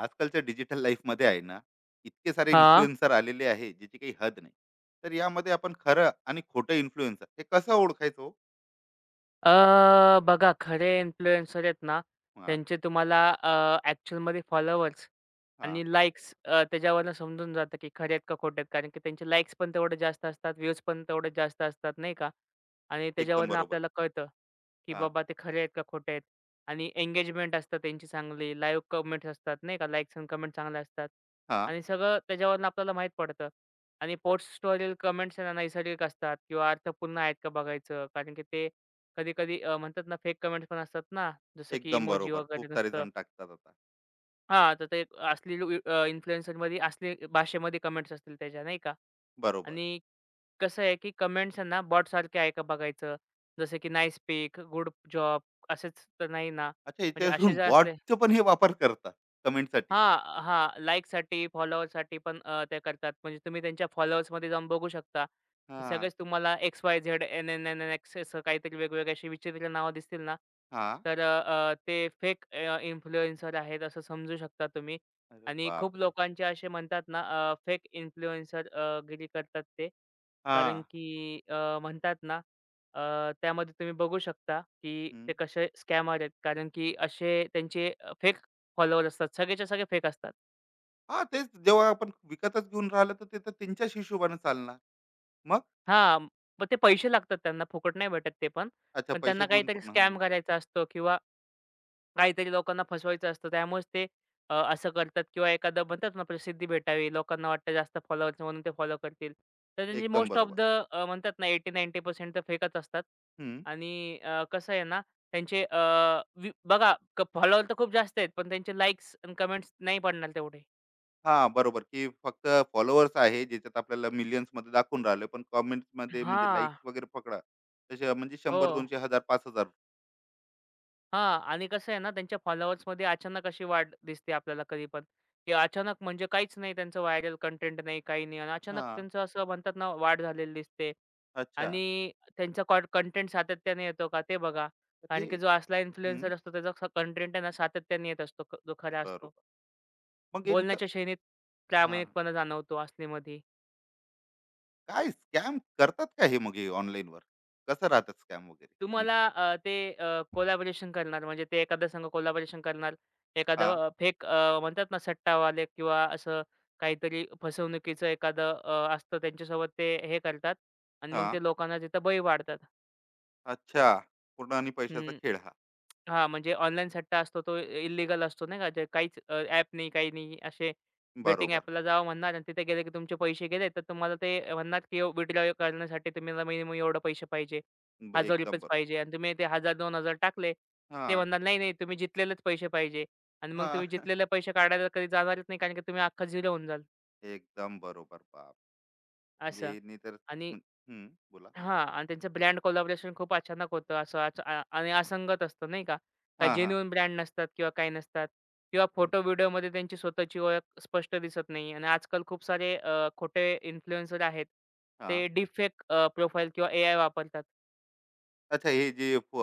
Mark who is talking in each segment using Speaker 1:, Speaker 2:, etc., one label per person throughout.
Speaker 1: आजकालच्या डिजिटल लाईफमध्ये आहे ना, इतके सारे
Speaker 2: हां.
Speaker 1: इन्फ्लुएन्सर आलेले आहे ज्याची काही हद नाही. तर यामध्ये आपण खरं आणि खोटं इन्फ्लुएन्सर हे कसं ओळखायचो?
Speaker 2: अ, बघा खरे इन्फ्लुएन्सर आहेत ना,
Speaker 1: हा.
Speaker 2: त्यांचे तुम्हाला ॲक्चुअलमध्ये फॉलोवर्स
Speaker 1: हा,
Speaker 2: आणि लाईक्स त्याच्यावरनं समजून जातं, की खरे आहेत का खोटे आहेत. कारण की त्यांचे लाईक्स पण तेवढे जास्त असतात, व्ह्यूज पण तेवढे जास्त असतात, नाही का? आणि
Speaker 1: एकदम
Speaker 2: त्याच्यावरनं
Speaker 1: बरोबर.
Speaker 2: आपल्याला कळतं, की
Speaker 1: हा.
Speaker 2: बाबा ते खरे आहेत का खोटे आहेत. आणि एंगेजमेंट असतं त्यांची चांगली, लाईव्ह कमेंट्स असतात, नाही का? लाईक्स आणि कमेंट चांगले असतात.
Speaker 1: हा,
Speaker 2: आणि सगळं त्याच्यावरनं आपल्याला माहीत पडतं. आणि पोस्ट स्टोरील कमेंट्स नैसर्गिक असतात किंवा अर्थपूर्ण आहेत का बघायचं. कारण की ते कधी-कधी म्हणतात ना फेक कमेंट्स पण असतात ना, जसं की
Speaker 1: एकदम
Speaker 2: इमोजी
Speaker 1: बरोबर.
Speaker 2: वगैरे
Speaker 1: खूप सारे
Speaker 2: नुसतं
Speaker 1: जण टाकतात आता.
Speaker 2: हां, तर ते असली इन्फ्लुएन्सरमध्ये असली भाषेमध्ये कमेंट्स असतील त्याच्या नाही का?
Speaker 1: बरोबर.
Speaker 2: आणि कसं आहे की कमेंट्स ना ना बॉटसारखे आहे का बघायचं. जसं की नाईस पिक, गुड जॉब असेच तर नाही ना.
Speaker 1: अच्छा,
Speaker 2: म्हणजे असे
Speaker 1: याच्यावरून
Speaker 2: जर असले
Speaker 1: बॉटचं पण हे वापर करतात कमेंटसाठी.
Speaker 2: हां, हां. लाईकसाठी, फॉलोअरसाठी पण ते करतात. म्हणजे तुम्ही त्यांच्या फॉलोअर्समध्ये जाऊन बघू शकता, की
Speaker 1: हा.
Speaker 2: सगळेच तुम्हाला XYZ, NNNX असं काहीतरी वेगवेगळी अशी विचित्र नावं दिसतील ना,
Speaker 1: हा.
Speaker 2: तर अ, अ, ते फेक इन्फ्लुएन्सर आहेत असं समजू शकता तुम्ही.
Speaker 1: अरे
Speaker 2: आणि खूप
Speaker 1: बापरे.
Speaker 2: लोकांचे असे म्हणतात ना, फेक इन्फ्लुएन्सर गिरी करतात ते.
Speaker 1: हा.
Speaker 2: कारण की म्हणतात ना, त्यामध्ये तुम्ही बघू शकता, की
Speaker 1: हम्म.
Speaker 2: ते कसे स्कॅमर आहेत. कारण की असे त्यांचे फेक फॉलोवर असतात. सगळेच्या सगळे फेक असतात.
Speaker 1: हा, तेच. जेव्हा आपण विकतच घेऊन राहिलं तर ते, तर त्यांच्याच हिशोबाने चालणार मग.
Speaker 2: हां, मग ते पैसे लागतात त्यांना, फुकट नाही भेटत ते पण.
Speaker 1: अच्छा,
Speaker 2: पण
Speaker 1: पैसे
Speaker 2: त्यांना
Speaker 1: देऊन
Speaker 2: काहीतरी
Speaker 1: पूर्ण. हम्म.
Speaker 2: स्कॅम करायचा असतो किंवा काहीतरी लोकांना फसवायचं असतं. त्यामुळेच ते असं करतात किंवा एखादं म्हणतात ना, प्रसिद्धी भेटावी. लोकांना वाटतं जास्त फॉलोअर्स म्हणून ते फॉलो करतील. तर त्यांची
Speaker 1: एकदम
Speaker 2: मोस्ट ऑफ
Speaker 1: बरोबर.
Speaker 2: द म्हणतात ना 80-90% तर फेकच असतात. आणि कसं आहे ना, त्यांचे व्ह्यू बघा फॉलोवर तर खूप जास्त आहेत, पण त्यांचे लाइक्स आणि कमेंट्स नाही पडणार तेवढे.
Speaker 1: हां, बरोबर, की फक्त फॉलोवर्स आहे, ज्याच्यात आपल्याला मिलियन्समध्ये दाखवून राहिलं, पण कमेंट्समध्ये म्हणजे
Speaker 2: हां.
Speaker 1: लाईक्स वगैरे पकडा, तसे म्हणजे
Speaker 2: हो.
Speaker 1: 100, 200, 1000, 5000.
Speaker 2: हां. आणि कसं आहे ना, त्यांच्या फॉलोअर्समध्ये अचानक अशी वाढ दिसते आपल्याला कधी पण, की अचानक म्हणजे काहीच नाही त्यांचं व्हायरल कंटेंट नाही, काही नाही आणि अचानक
Speaker 1: हां.
Speaker 2: त्यांचं असं म्हणतात ना, वाढ झालेली दिसते
Speaker 1: अच्छा.
Speaker 2: आणि त्यांचा कंटेंट सातत्याने येतो का ते बघा.
Speaker 1: तर हे.
Speaker 2: कारण की जो असला
Speaker 1: हं,
Speaker 2: इन्फ्लुएन्सर असतो त्याचा कंटेंट आहे ना, सातत्याने येत असतो, जो खरा असतो.
Speaker 1: बरोबर. मग यांचं.
Speaker 2: बोलण्याच्या शैलीत
Speaker 1: हां,
Speaker 2: प्रामाणिकपणा जाणवतो असलीमध्ये.
Speaker 1: काय स्कॅम करतात का हे मग हे ऑनलाईनवर? कसं राहतं स्कॅम वगैरे? आणि
Speaker 2: तुम्हाला ते कोलॅबोरेशन करणार म्हणजे ते एखादा संघ कोलॅबोरेशन करणार. एखादं
Speaker 1: हां,
Speaker 2: फेक म्हणतात ना सट्टावाले किंवा असं काहीतरी फसवणुकीचं एखादं असतं त्यांच्यासोबत ते हे करतात आणि मग
Speaker 1: हां,
Speaker 2: ते लोकांना तिथं बळी पाडतात.
Speaker 1: अच्छा. पूर्ण आणि पैशाचा
Speaker 2: हं.
Speaker 1: खेळ हा.
Speaker 2: हां, म्हणजे ऑनलाईन सट्टा असतो तो इल्लीगल असतो नाही का, ते काहीच नाही, काही नाही. असे बेटिंग
Speaker 1: बरोबर.
Speaker 2: ॲपला जावा म्हणणार आणि तिथे गेले की तुमचे पैसे गेले, तर तुम्हाला ते म्हणणार की विथड्रॉ करण्यासाठी तुम्हाला मिनिमम एवढे पैसे पाहिजे.
Speaker 1: एकदम
Speaker 2: ₹1000च
Speaker 1: बरोबर.
Speaker 2: पाहिजे आणि तुम्ही ते 1000-2000 टाकले. ते
Speaker 1: हां,
Speaker 2: म्हणणार, "नाही, नाही, तुम्ही जितलेलेच पैसे पाहिजे" आणि मग
Speaker 1: हां.
Speaker 2: तुम्ही जितलेले पैसे काढायला कधी जाणारच नाही कारण की तुम्ही अख्खा झिरो होऊन जाल
Speaker 1: एकदम बरोबर. बाप! म्हणजे
Speaker 2: असं
Speaker 1: यांनी तर.
Speaker 2: आणि
Speaker 1: हं, बोला.
Speaker 2: हां. आणि त्यांचं ब्रँड कोलॅबोरेशन खूप अचानक होतं. असं अच आ आणि असंगत असतं नाही का? काही
Speaker 1: हां, हां.
Speaker 2: जेन्युइन ब्रँड नसतात किंवा काही नसतात किंवा
Speaker 1: हं,
Speaker 2: फोटो व्हिडिओमध्ये त्यांची स्वतःची ओळख स्पष्ट दिसत नाही आणि आजकाल खूप सारे खोटे इन्फ्लुएन्सर आहेत. ते डीपफेक प्रोफाईल किंवा एआय वापरतात.
Speaker 1: अच्छा. हे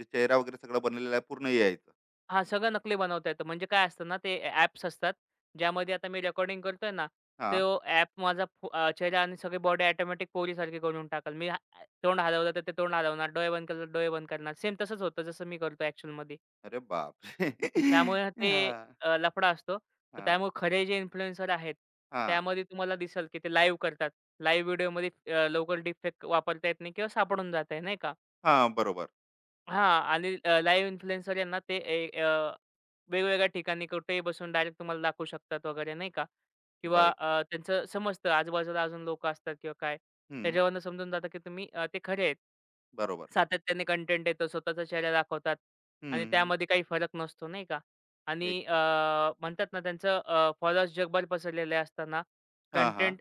Speaker 1: जे चेहरा वगैरे सगळं बनलेलं आहे पूर्ण यायचं.
Speaker 2: हां, सगळं नकली बनवता येतं. म्हणजे काय असतं ना, ते ॲप्स असतात, ज्यामध्ये आता मी रेकॉर्डिंग करतोय ना,
Speaker 1: हां.
Speaker 2: तो ॲप माझा चेहरा आणि सगळी बॉडी ऑटोमॅटिक पोरीसारखी करून टाकल. मी हा तोंड हलवलं तर ते तोंड हलवणार, डोळे बंद केले तर डोळे बंद करणार. सेम तसंच होतं जसं मी करतो ॲक्चुअलमध्ये.
Speaker 1: अरे बापरे!
Speaker 2: त्यामुळे ते
Speaker 1: हां,
Speaker 2: लफडा असतो. तर
Speaker 1: हां,
Speaker 2: त्यामुळे खरे जे इन्फ्लुएन्सर आहेत,
Speaker 1: हां.
Speaker 2: त्यामध्ये तुम्हाला दिसेल की ते लाईव्ह करतात. लाईव्ह व्हिडिओमध्ये लवकर डिफेक्ट वापरता येत नाही किंवा सापडून जात आहे, नाही का?
Speaker 1: बरोबर.
Speaker 2: हां आणि लाईव्ह इन्फ्लुएन्सर यांना ते वेगवेगळ्या ठिकाणी कुठेही बसून डायरेक्ट तुम्हाला दाखवू शकतात वगैरे नाही का? किंवा
Speaker 1: बघ.
Speaker 2: त्यांचं समजतं आजूबाजूला अजून लोकं असतात किंवा काय.
Speaker 1: हं.
Speaker 2: त्याच्यावरनं समजून जातं की तुम्ही ते खरे आहेत.
Speaker 1: बरोबर.
Speaker 2: सातत्याने कंटेंट येतो, स्वतःचा चेहरा दाखवतात आणि
Speaker 1: हं.
Speaker 2: त्यामध्ये काही फरक नसतो नाही का? आणि
Speaker 1: एकदम.
Speaker 2: म्हणतात ना त्यांचं फॉलोअर्स जगभर पसरलेले असताना
Speaker 1: हां, हां.
Speaker 2: कंटेंट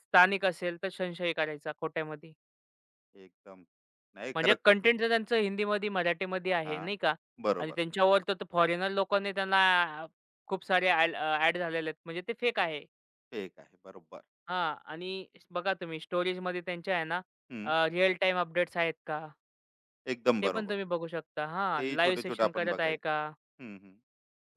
Speaker 2: स्थानिक असेल तर संशय करायचा खोट्यामध्ये.
Speaker 1: एकदम. नाही
Speaker 2: म्हणजे
Speaker 1: खरंच.
Speaker 2: कंटेंट तर त्यांचं हिंदीमध्ये, मराठीमध्ये आहे,
Speaker 1: हां.
Speaker 2: नाही का? आणि
Speaker 1: बरोबर.
Speaker 2: त्यांच्यावर तर फॉरेनर लोकांनी त्यांना खूप सारे ॲड झालेले आहेत. म्हणजे ते फेक आहे.
Speaker 1: फेक आहे. बरोबर.
Speaker 2: हां आणि बघा तुम्ही स्टोरेजमध्ये त्यांच्या आहे ना
Speaker 1: हं.
Speaker 2: रिअल टाईम अपडेट्स आहेत का?
Speaker 1: एकदम
Speaker 2: ते पण
Speaker 1: बरोबर.
Speaker 2: तुम्ही बघू शकता. हां,
Speaker 1: तेही
Speaker 2: लाईव्ह
Speaker 1: छोटे-छोटे
Speaker 2: सेशन
Speaker 1: आपण
Speaker 2: करत आहे
Speaker 1: बघायचं.
Speaker 2: का?
Speaker 1: हं.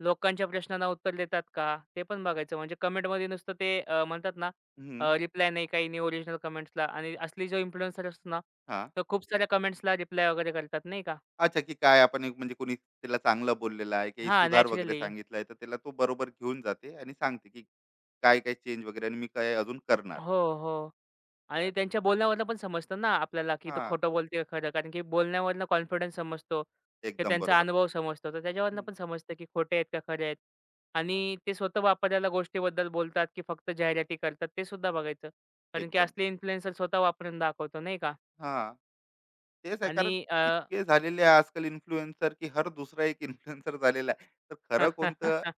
Speaker 2: लोकांच्या प्रश्नांना उत्तर देतात का? ते पण बघायचं. म्हणजे कमेंटमध्ये नुसतं ते म्हणतात ना
Speaker 1: हं.
Speaker 2: रिप्लाय नाही, काही नाही ओरिजिनल कमेंट्सला आणि असली जो इन्फ्लुएन्सर असतो ना,
Speaker 1: हां.
Speaker 2: तर खूप साऱ्या कमेंट्सला रिप्लाय वगैरे करतात, नाही का?
Speaker 1: अच्छा, की काय आपण एक म्हणजे कोणी त्याला चांगलं बोललेलं आहे, काही
Speaker 2: हां,
Speaker 1: सुधार वगैरे
Speaker 2: नॅचरली.
Speaker 1: सांगितला आहे, तर त्याला तो बरोबर घेऊन जाते आणि सांगते की काय काय चेंज वगैरे आणि मी काय अजून करणार.
Speaker 2: हो, हो. आणि
Speaker 1: अरे
Speaker 2: त्यांच्या बोलण्यावरनं पण समजतं ना आपल्याला, की तो
Speaker 1: हां,
Speaker 2: खोटं बोलतोय खरं. कारण की बोलण्यावरनं कॉन्फिडन्स समजतो. ते
Speaker 1: एकदम
Speaker 2: त्यांचा
Speaker 1: बरोबर.
Speaker 2: अनुभव समजतो. तर त्याच्यावरनं
Speaker 1: हं,
Speaker 2: पण समजतं, की खोटे आहेत का खरे आहेत.
Speaker 1: हां,
Speaker 2: आणि ते स्वतः वापरलेल्या गोष्टीबद्दल बोलतात, की फक्त जाहिराती करतात ते सुद्धा बघायचं. कारण की
Speaker 1: एकदम.
Speaker 2: असले इन्फ्लुएन्सर स्वतः वापरून दाखवतो नाही का.
Speaker 1: हां. तेच आहे.
Speaker 2: आणि
Speaker 1: कारण
Speaker 2: अ,
Speaker 1: इतके झालेले आहे आजकाल इन्फ्लुएन्सर, की हर दुसरा एक इन्फ्लुएन्सर झालेला आहे. तर
Speaker 2: हं.
Speaker 1: खरं कोणतं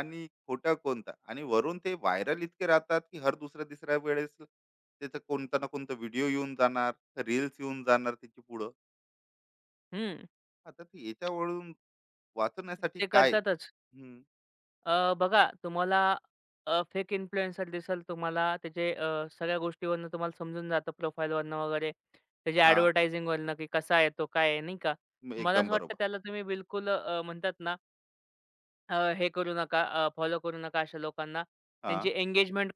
Speaker 1: आणि खोटं कोणतं, आणि वरून ते व्हायरल इतके राहतात, की हर दुसऱ्या-तिसऱ्या वेळेस त्याचा कोणता ना कोणता व्हिडिओ येऊन जाणार, रील्स येऊन जाणार त्याची पुढं. आता ते याच्यावरून वाचवण्यासाठी
Speaker 2: ते
Speaker 1: काय?
Speaker 2: करतातच.
Speaker 1: हं,
Speaker 2: बघा तुम्हाला फेक इन्फ्लुएन्सर दिसेल तुम्हाला त्याचे सगळ्या गोष्टीवरनं तुम्हाला समजून जातं प्रोफाईलवरनं वगैरे. त्याची
Speaker 1: हां,
Speaker 2: ॲडव्हर्टायझिंगवरनं की कसा आहे तो, काय आहे, नाही का? मला
Speaker 1: एकदम
Speaker 2: असं वाटतं
Speaker 1: बरोबर.
Speaker 2: त्याला तुम्ही बिलकुल म्हणतात ना हे करू नका, फॉलो करू नका अशा लोकांना.
Speaker 1: हां,
Speaker 2: त्यांची एंगेजमेंट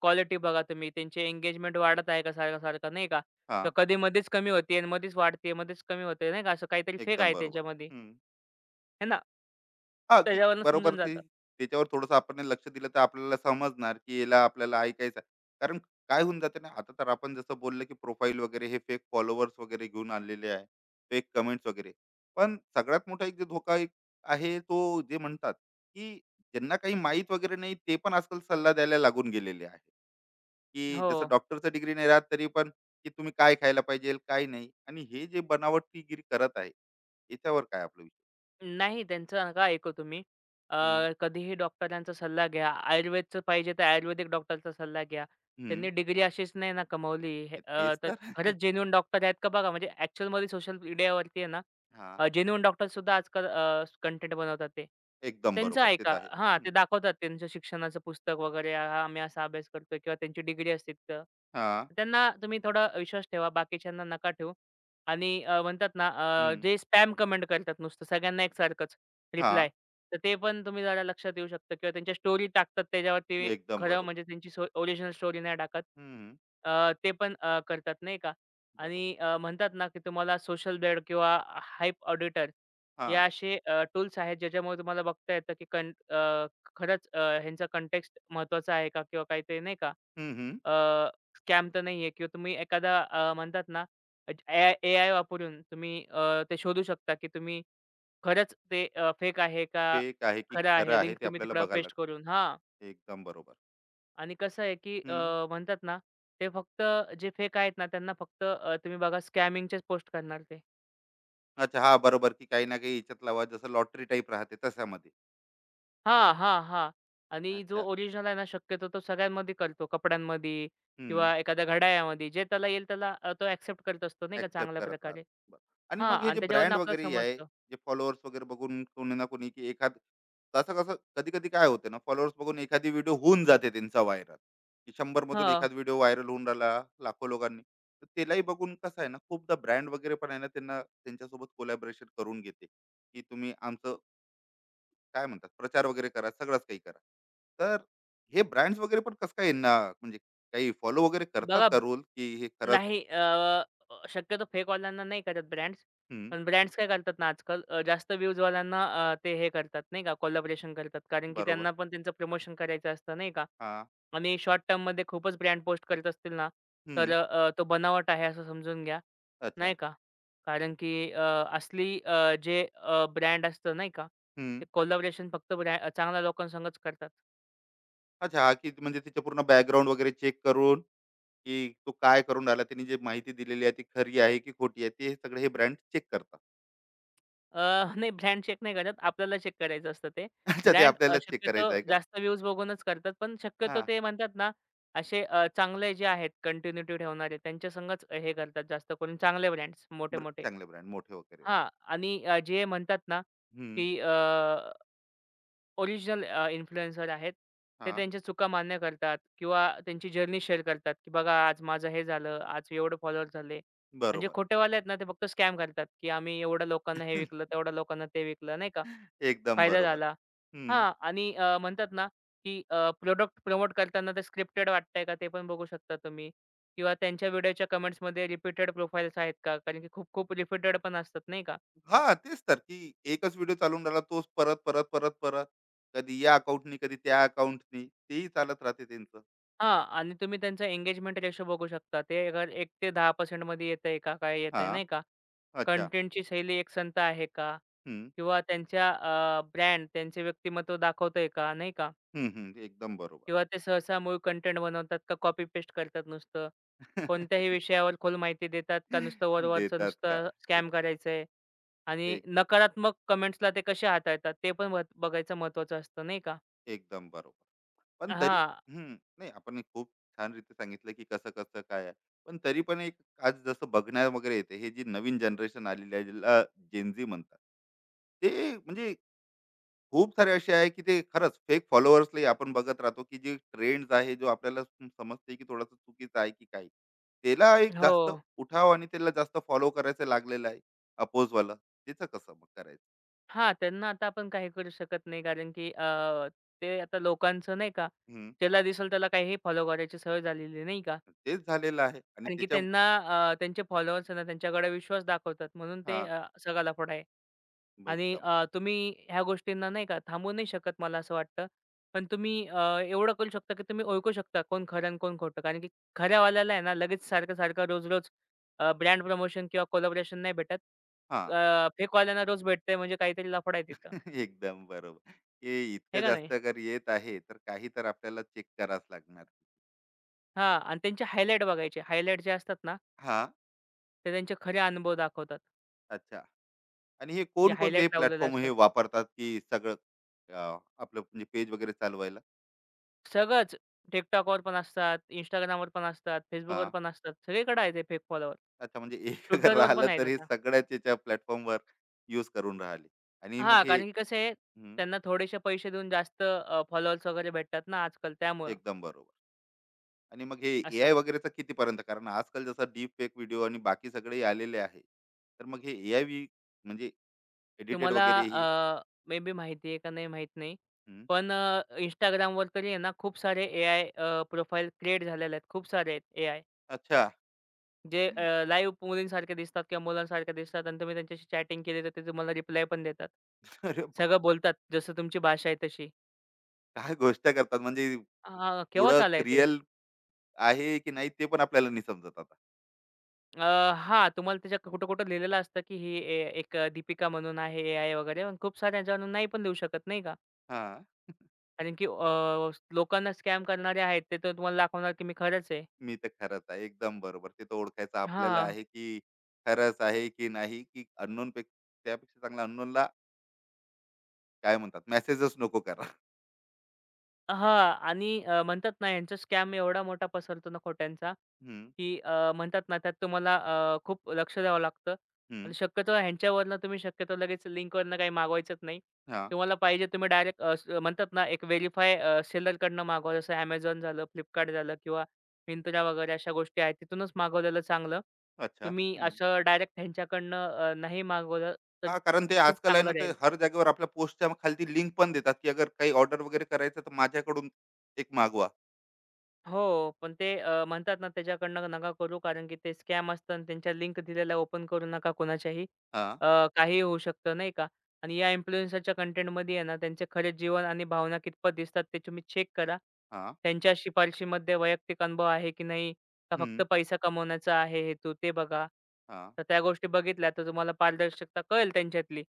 Speaker 2: क्वालिटी बघा तुम्ही. त्यांची एंगेजमेंट वाढत आहे का सारखं-सारखं, नाही का? तर
Speaker 1: हां.
Speaker 2: कधी मध्येच कमी होते मध्येच वाढते, मध्येच कमी होते, नाही का? असं काहीतरी फेक
Speaker 1: एकदम
Speaker 2: आहे
Speaker 1: बरोबर.
Speaker 2: त्यांच्यामध्ये,
Speaker 1: हं.
Speaker 2: आहे ना?
Speaker 1: हां, की
Speaker 2: त्याच्यावरनं
Speaker 1: बरोबर
Speaker 2: समजून
Speaker 1: ते.
Speaker 2: जातं.
Speaker 1: त्याच्यावर थोडंसं आपण लक्ष दिलं तर आपल्याला समजणार, की याला आपल्याला ऐकायचं आहे. कारण काय होऊन जाते ना, आता तर आपण जसं बोललं, की प्रोफाइल वगैरे हे फेक फॉलोवर्स वगैरे घेऊन आलेले आहे. फेक कमेंट्स वगैरे. पण सगळ्यात मोठा एक जो धोका आहे, तो जे म्हणतात, की ज्यांना काही माहीत वगैरे नाही, ते पण आजकाल सल्ला द्यायला लागून गेलेले आहे, की
Speaker 2: हो.
Speaker 1: जसं डॉक्टरचं डिग्री नाही राहत, तरी पण की तुम्ही काय खायला पाहिजे, काय नाही. आणि हे जे बनावटीगिरी करत आहे, याच्यावर काय आपलं विचार?
Speaker 2: नाही त्यांचं नका ऐकू तुम्ही. अ, कधीही डॉक्टरांचा सल्ला घ्या. आयुर्वेदचं पाहिजे तर आयुर्वेदिक डॉक्टरचा सल्ला घ्या.
Speaker 1: हं.
Speaker 2: त्यांनी डिग्री अशीच नाही ना कमवली.
Speaker 1: हे तेच
Speaker 2: तर
Speaker 1: तर. हां,
Speaker 2: खरंच जेन्युइन डॉक्टर आहेत का बघा. म्हणजे ॲक्चुअलमध्ये सोशल मीडियावरती आहे ना जेन्युइन डॉक्टरसुद्धा आजकाल कंटेंट बनवतात ते.
Speaker 1: एकदम
Speaker 2: त्यांचं
Speaker 1: बरोबर. ते तर
Speaker 2: ऐका.
Speaker 1: आहे.
Speaker 2: हां, ते
Speaker 1: हं.
Speaker 2: दाखवतात त्यांचं शिक्षणाचं पुस्तक वगैरे. हां, आम्ही असा अभ्यास करतोय किंवा त्यांची डिग्री असते तिथं.
Speaker 1: हां.
Speaker 2: त्यांना तुम्ही थोडा विश्वास ठेवा. बाकीच्यांना नका ठेवू. आणि म्हणतात ना
Speaker 1: हं.
Speaker 2: जे स्पॅम कमेंट करतात नुसतं सगळ्यांना एकसारखंच
Speaker 1: हां.
Speaker 2: रिप्लाय. तर ते पण तुम्ही जरा लक्षात येऊ शकता किंवा त्यांच्या स्टोरी टाकतात त्याच्यावरती
Speaker 1: एकदम
Speaker 2: खरं
Speaker 1: बरोबर.
Speaker 2: म्हणजे त्यांची ओरिजिनल स्टोरी नाही टाकत.
Speaker 1: हं.
Speaker 2: ते पण करतात नाही का
Speaker 1: बरोबर.
Speaker 2: आणि म्हणतात ना की तुम्हाला सोशल बेड किंवा हाइप ऑडिटर हे
Speaker 1: हां.
Speaker 2: असे टूल्स आहेत ज्याच्यामुळे तुम्हाला बघता येतं की खरंच ह्यांचा कंटेक्स्ट महत्त्वाचा आहे का? किंवा काही ते नाही का
Speaker 1: हं, हं.
Speaker 2: स्कॅम तर नाहीये किंवा तुम्ही एखादा म्हणतात ना ए एआय वापरून तुम्ही ते शोधू शकता, की तुम्ही खरंच ते फेक आहे का
Speaker 1: फेक आहे की
Speaker 2: खरं
Speaker 1: खरं
Speaker 2: आहे?
Speaker 1: आहे
Speaker 2: लिंक
Speaker 1: ते
Speaker 2: तुम्ही
Speaker 1: आपल्याला
Speaker 2: तिकडं
Speaker 1: बघायला
Speaker 2: पेस्ट
Speaker 1: लागतं.
Speaker 2: करून हां.
Speaker 1: एकदम बरोबर.
Speaker 2: आणि कसं आहे, की
Speaker 1: हं.
Speaker 2: म्हणतात ना, ते फक्त जे फेक आहेत ना, त्यांना फक्त तुम्ही बघा स्कॅमिंगचेच पोस्ट करणार ते.
Speaker 1: अच्छा. हां, बरोबर, की काही ना काही याच्यात लावा, जसं लॉटरी टाइप राहते तशामध्ये.
Speaker 2: हां, हां, हां. आणि जो
Speaker 1: अच्छा.
Speaker 2: ओरिजिनल आहे ना, शक्यतो तो सगळ्यांमध्ये करतो. कपड्यांमध्ये
Speaker 1: हं.
Speaker 2: किंवा एखाद्या घड्याळामध्ये जे त्याला येईल त्याला तो एक्सेप्ट करत असतो नाही का
Speaker 1: ऍक्सेप्ट
Speaker 2: चांगल्या
Speaker 1: करत राहत.
Speaker 2: प्रकारे.
Speaker 1: बरं. आणि
Speaker 2: हां
Speaker 1: मग हे
Speaker 2: आणि
Speaker 1: जे
Speaker 2: त्याच्यावरून
Speaker 1: ब्रँड
Speaker 2: आपल्याला
Speaker 1: वगैरे आहे,
Speaker 2: समजतं.
Speaker 1: जे फॉलोअर्स वगैरे बघून कोणी ना कोणी की एखाद. कसं कसं कधी कधी काय होते ना, फॉलोअर्स बघून एखादी व्हिडिओ होऊन जाते त्यांचा व्हायरल, की 100 मधून
Speaker 2: हां,
Speaker 1: एखाद व्हिडिओ व्हायरल होऊन राहिला लाखो लोकांनी, तर त्यालाही बघून कसं आहे ना, खूपदा ब्रँड वगैरे पण आहे ना त्यांना त्यांच्यासोबत कोलॅबरेशन करून घेते, की तुम्ही आमचं काय म्हणतात प्रचार वगैरे करा, सगळंच काही करा. तर हे ब्रँड्स वगैरे पण कसं काय यांना म्हणजे काही फॉलो वगैरे करतात
Speaker 2: बघा
Speaker 1: का रोल, की हे खरंच.
Speaker 2: नाही अ, अ, शक्यतो फेकवाल्यांना नाही करत ब्रँड्स.
Speaker 1: हम्म,
Speaker 2: पण ब्रँड्स काय करतात ना आजकाल जास्त व्ह्यूजवाल्यांना ते हे करतात नाही का कोलॅबोरेशन करतात. कारण की
Speaker 1: बरोबर.
Speaker 2: त्यांना पण त्यांचं प्रमोशन करायचं असतं नाही का?
Speaker 1: हा.
Speaker 2: आणि शॉर्ट टर्ममध्ये खूपच ब्रँड पोस्ट करत असतील ना, तर
Speaker 1: हं.
Speaker 2: तो बनावट आहे असं समजून घ्या,
Speaker 1: अच्छा.
Speaker 2: नाही का? कारण की असली जे ब्रँड असतं नाही का? ते
Speaker 1: हं.
Speaker 2: कोलॅबोरेशन फक्त चांगल्या लोकांसंगच करतात.
Speaker 1: अच्छा, हां, की म्हणजे तिचं पूर्ण बॅकग्राऊंड वगैरे चेक करून, की तो काय करून राहिला, त्यांनी जे माहिती दिलेली आहे, ती खरी आहे की खोटी आहे, ते सगळे हे ब्रँड चेक करतात.
Speaker 2: नाही ब्रँड चेक नाही करत. आपल्याला चेक करायचं असतं ते.
Speaker 1: अच्छा, ते
Speaker 2: ब्रँड
Speaker 1: आपल्यालाच चेक
Speaker 2: शक्यतो
Speaker 1: करायचं आहे का?
Speaker 2: जास्त व्ह्यूज बघूनच करतात. पण शक्यतो
Speaker 1: हां,
Speaker 2: ते म्हणतात ना, असे चांगले जे आहेत कंटिन्युटी ठेवणारे त्यांच्या संगच हे करतात जास्त करून चांगले ब्रँड्स मोठे-मोठे.
Speaker 1: चांगले ब्रँड मोठे वगैरे.
Speaker 2: हां आणि जे म्हणतात ना,
Speaker 1: हं.
Speaker 2: की ओरिजिनल इन्फ्लुएन्सर आहेत. ते
Speaker 1: हां,
Speaker 2: त्यांच्या चुका मान्य करतात किंवा त्यांची जर्नी शेअर करतात, की बघा आज माझं हे झालं, आज एवढे फॉलोअर्स झाले. आणि
Speaker 1: बरोबर.
Speaker 2: खोटेवाले आहेत ना, ते फक्त स्कॅम करतात, की आम्ही एवढ्या लोकांना हे विकलं, तेवढ्या लोकांना ते विकलं, नाही का?
Speaker 1: एकदम
Speaker 2: फायदा
Speaker 1: बरोबर.
Speaker 2: झाला.
Speaker 1: हं.
Speaker 2: हां आणि म्हणतात ना, की प्रॉडक्ट प्रमोट करताना ते स्क्रिप्टेड वाटतंय का ते पण बघू शकता तुम्ही किंवा त्यांच्या व्हिडिओच्या कमेंट्समध्ये रिपीटेड प्रोफाईल्स आहेत का? कारण की खूप-खूप रिपीटेड पण असतात नाही का?
Speaker 1: हा तेच तर, की एकच व्हिडिओ चालून राहिला, तोच परत, परत, परत, परत. कधी या अकाउंटनी, कधी त्या अकाउंटनी, तेही चालत राहते त्यांचं.
Speaker 2: हां आणि तुम्ही त्यांचा एंगेजमेंट रेशो बघू शकता. ते अगर 1% ते 10% मध्ये येतंय का? काय येतंय
Speaker 1: हां,
Speaker 2: नाही का?
Speaker 1: अच्छा.
Speaker 2: कंटेंटची शैली एकसंध आहे का?
Speaker 1: हं.
Speaker 2: किंवा त्यांच्या ब्रँड त्यांचे व्यक्तिमत्व दाखवतंय का? नाही का?
Speaker 1: हं, हं. एकदम बरोबर.
Speaker 2: किंवा ते सहसा मूळ कंटेंट बनवतात का कॉपी पेस्ट करतात नुसतं? कोणत्याही विषयावर खोल माहिती देतात का नुसतं वरवरचं
Speaker 1: देतात का.
Speaker 2: नुसतं
Speaker 1: एक.
Speaker 2: स्कॅम करायचंय आणि
Speaker 1: एक.
Speaker 2: नकारात्मक कमेंट्सला ते कसे हाताळतात ते पण बघायचं महत्त्वाचं असतं नाही का?
Speaker 1: एकदम बरोबर. पण तरी.
Speaker 2: हां.
Speaker 1: हम्म. नाही, आपण हे खूप छान रीती सांगितलं की कसं कसं काय आहे. पण तरी पण एक, आज जसं बघण्या वगैरे येते, हे जी नवीन जनरेशन आलेली आहे ज्याला जेनझी म्हणतात, ते म्हणजे खूप सारे असे आहे की ते खरंच फेक फॉलोअर्सलाही आपण बघत राहतो, की जे ट्रेंड्स आहे जो आपल्याला समजते की थोडासा चुकीचा आहे, की काही त्याला एक
Speaker 2: हो.
Speaker 1: जास्त उठाव आणि त्याला जास्त फॉलो करायचं लागलेलं आहे अपोजवाला, त्याचं कसं मग करायचं?
Speaker 2: हां, त्यांना आता आपण काही करू शकत नाही कारण की ते आता लोकांचं नाही का, ज्याला दिसेल त्याला काहीही फॉलो करायची सवय झालेली नाही का?
Speaker 1: तेच झालेलं आहे. आणि
Speaker 2: कारण की
Speaker 1: त्याच्या
Speaker 2: त्यांना त्यांचे फॉलोअर्स ना त्यांच्याकडे विश्वास दाखवतात म्हणून ते
Speaker 1: हां,
Speaker 2: सगळा लफडा आहे.
Speaker 1: मग
Speaker 2: आणि
Speaker 1: एकदम.
Speaker 2: तुम्ही ह्या गोष्टींना नाही का थांबवू नाही शकत मला असं वाटतं. पण तुम्ही एवढं करू शकता, की तुम्ही ओळखू शकता कोण खरं आणि कोण खोटं. कारण की खऱ्यावाल्याला आहे ना लगेच सारखं-सारखं रोज-रोज ब्रँड प्रमोशन किंवा कोलॅबोरेशन नाही भेटत.
Speaker 1: हां,
Speaker 2: फेकवाल्यांना रोज भेटतंय म्हणजे काहीतरी लफडा आहे तिथं.
Speaker 1: एकदम बरोबर. हे इतकं
Speaker 2: हे का
Speaker 1: जास्त
Speaker 2: नाही?
Speaker 1: अगर येत आहे, तर काही तर आपल्याला चेक करावंच लागणार.
Speaker 2: हां आणि त्यांचे हायलाइट बघायचे. हायलाइट जे असतात ना,
Speaker 1: हां,
Speaker 2: ते त्यांचे खरे अनुभव दाखवतात.
Speaker 1: अच्छा. आणि हे
Speaker 2: जे
Speaker 1: कोणकोणते हे
Speaker 2: हायलाइट लावलेले
Speaker 1: प्लॅटफॉर्म हे
Speaker 2: असतात.
Speaker 1: वापरतात, की सगळं अ, आपलं म्हणजे पेज वगैरे चालवायला?
Speaker 2: सगळंच. TikTokवर पण असतात, Instagramवर पण असतात, Facebookवर
Speaker 1: हां,
Speaker 2: पण असतात. सगळीकडे आहे ते फेक फॉलोवर.
Speaker 1: अच्छा, म्हणजे एक अगर
Speaker 2: Twitterवर
Speaker 1: राहिलं,
Speaker 2: पण आहेत
Speaker 1: तर हे
Speaker 2: आता.
Speaker 1: सगळ्याच याच्या प्लॅटफॉर्मवर यूज करून राहिले. आणि मग
Speaker 2: हां,
Speaker 1: हे.
Speaker 2: कारण की कसं आहे
Speaker 1: हं,
Speaker 2: त्यांना थोडेसे पैसे देऊन जास्त फॉलोअर्स वगैरे भेटतात ना आजकाल त्यामुळं
Speaker 1: एकदम बरोबर. आणि मग हे एआय
Speaker 2: असं.
Speaker 1: वगैरेचं कितीपर्यंत? कारण आजकाल जसं डीप फेक व्हिडिओ आणि बाकी सगळे आलेले आहे. तर मग हे एआय वी म्हणजे एडिटेड
Speaker 2: तुम्हाला
Speaker 1: वगैरेही.
Speaker 2: मे बी माहिती आहे का नाही माहीत नाही.
Speaker 1: हं.
Speaker 2: पण Instagramवर तरी आहे ना खूप सारे एआय प्रोफाइल क्रिएट झालेले आहेत. खूप सारे आहेत एआय.
Speaker 1: अच्छा.
Speaker 2: जे लाईव्ह मुलींसारखे दिसतात किंवा मुलांसारख्या दिसतात आणि तुम्ही त्यांच्याशी चॅटिंग केली तर ते तुम्हाला रिप्लाय पण देतात.
Speaker 1: अरे वाह!
Speaker 2: सगळं बोलतात जसं तुमची भाषा आहे तशी.
Speaker 1: काय गोष्ट करतात. म्हणजे
Speaker 2: केव्हाच
Speaker 1: पुढं
Speaker 2: आलंय ते?
Speaker 1: रिअल आहे की नाही ते पण आपल्याला नाही समजत आता.
Speaker 2: अ, हां, तुम्हाला त्याच्यात कुठं-कुठं लिहिलेलं असतं, की ही एक दीपिका म्हणून आहे एआय वगैरे पण खूप साऱ्या जणांना नाही पण देऊ शकत नाही का?
Speaker 1: हां.
Speaker 2: कारण की लोकांना स्कॅम करणारे आहेत ते तर तुम्हाला दाखवणार, की मी खरंच आहे.
Speaker 1: मी तर खरंच आहे. एकदम बरोबर. ते तर ओळखायचं आपल्याला
Speaker 2: हां.
Speaker 1: आहे, की खरंच आहे की नाही, की अननोन पेक्षा, त्यापेक्षा चांगला अननोनला काय म्हणतात, मेसेजच नको करा.
Speaker 2: हां. आणि म्हणतात ना यांचा स्कॅम एवढा मोठा पसरतो ना खोट्यांचा,
Speaker 1: हं,
Speaker 2: की म्हणतात ना त्यात तुम्हाला खूप लक्ष द्यावं लागतं
Speaker 1: हं.
Speaker 2: आणि शक्यतो ह्यांच्यावरनं तुम्ही शक्यतो लगेच लिंकवरनं काही मागवायचंच नाही.
Speaker 1: हां.
Speaker 2: तुम्हाला पाहिजे तुम्ही डायरेक्ट म्हणतात ना एक व्हेरिफाय सेलरकडनं मागवा. जसं Amazon झालं, Flipkart झालं किंवा Myntra वगैरे अशा गोष्टी आहेत. तिथूनच मागवलेलं चांगलं.
Speaker 1: अच्छा.
Speaker 2: तुम्ही
Speaker 1: हं.
Speaker 2: असं डायरेक्ट ह्यांच्याकडनं नाही मागवलं तर
Speaker 1: हां, कारण ते
Speaker 2: खूप
Speaker 1: आजकाल आहे ना,
Speaker 2: चांगलं
Speaker 1: ते
Speaker 2: राहील.
Speaker 1: हर जागेवर आपल्या पोस्टच्या खालती लिंक पण देतात, की अगर काही ऑर्डर वगैरे करायचं तर माझ्याकडून एक मागवा.
Speaker 2: हो, पण ते म्हणतात ना त्याच्याकडनं नका करू कारण की ते स्कॅम असतं आणि त्यांच्या लिंक दिलेल्या ओपन करू नका कोणाच्याही.
Speaker 1: हां,
Speaker 2: अ, काहीही होऊ शकतं नाही का? आणि या इन्फ्लुएन्सरच्या कंटेंटमध्ये आहे ना, त्यांचे खरे जीवन आणि भावना कितपत दिसतात ते तुम्ही चेक करा.
Speaker 1: हां,
Speaker 2: त्यांच्या शिफारशीमध्ये वैयक्तिक अनुभव आहे की नाही? का फक्त
Speaker 1: हं,
Speaker 2: पैसा कमवण्याचा आहे हेतू ते बघा.
Speaker 1: हां.
Speaker 2: तर त्या गोष्टी बघितल्या तर तुम्हाला पारदर्शकता कळेल त्यांच्यातली,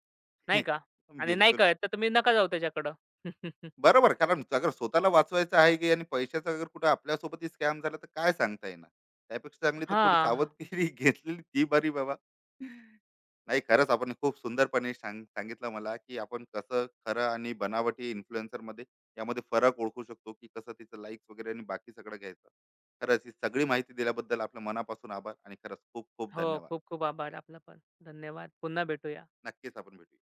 Speaker 2: नाही का? आणि नाही
Speaker 1: बिलकुल.
Speaker 2: कळत तर तुम्ही नका जाऊ त्याच्याकडं.
Speaker 1: बरोबर. कारण अगर स्वतःला वाचवायचं आहे, की आणि पैशाचा अगर कुठे आपल्यासोबतही स्कॅम झाला तर काय सांगता येणार. त्यापेक्षा चांगली तर थोडी
Speaker 2: हां.
Speaker 1: सावधगिरी घेतलेली ती बरी बाबा. नाही, खरंच आपण खूप सुंदरपणे सांगितलं मला, की आपण कसं खरं आणि बनावटी इन्फ्लुएन्सरमध्ये यामध्ये फरक ओळखू शकतो, की कसं तिचं लाइक्स वगैरे आणि बाकी सगळं घ्यायचं. खरंच ही सगळी माहिती दिल्याबद्दल आपल्या मनापासून आभार आणि खरंच खूप खूप
Speaker 2: हो,
Speaker 1: धन्यवाद.
Speaker 2: खूप खूप आभार आपला पण. धन्यवाद. पुन्हा भेटूया.
Speaker 1: नक्कीच आपण भेटूया.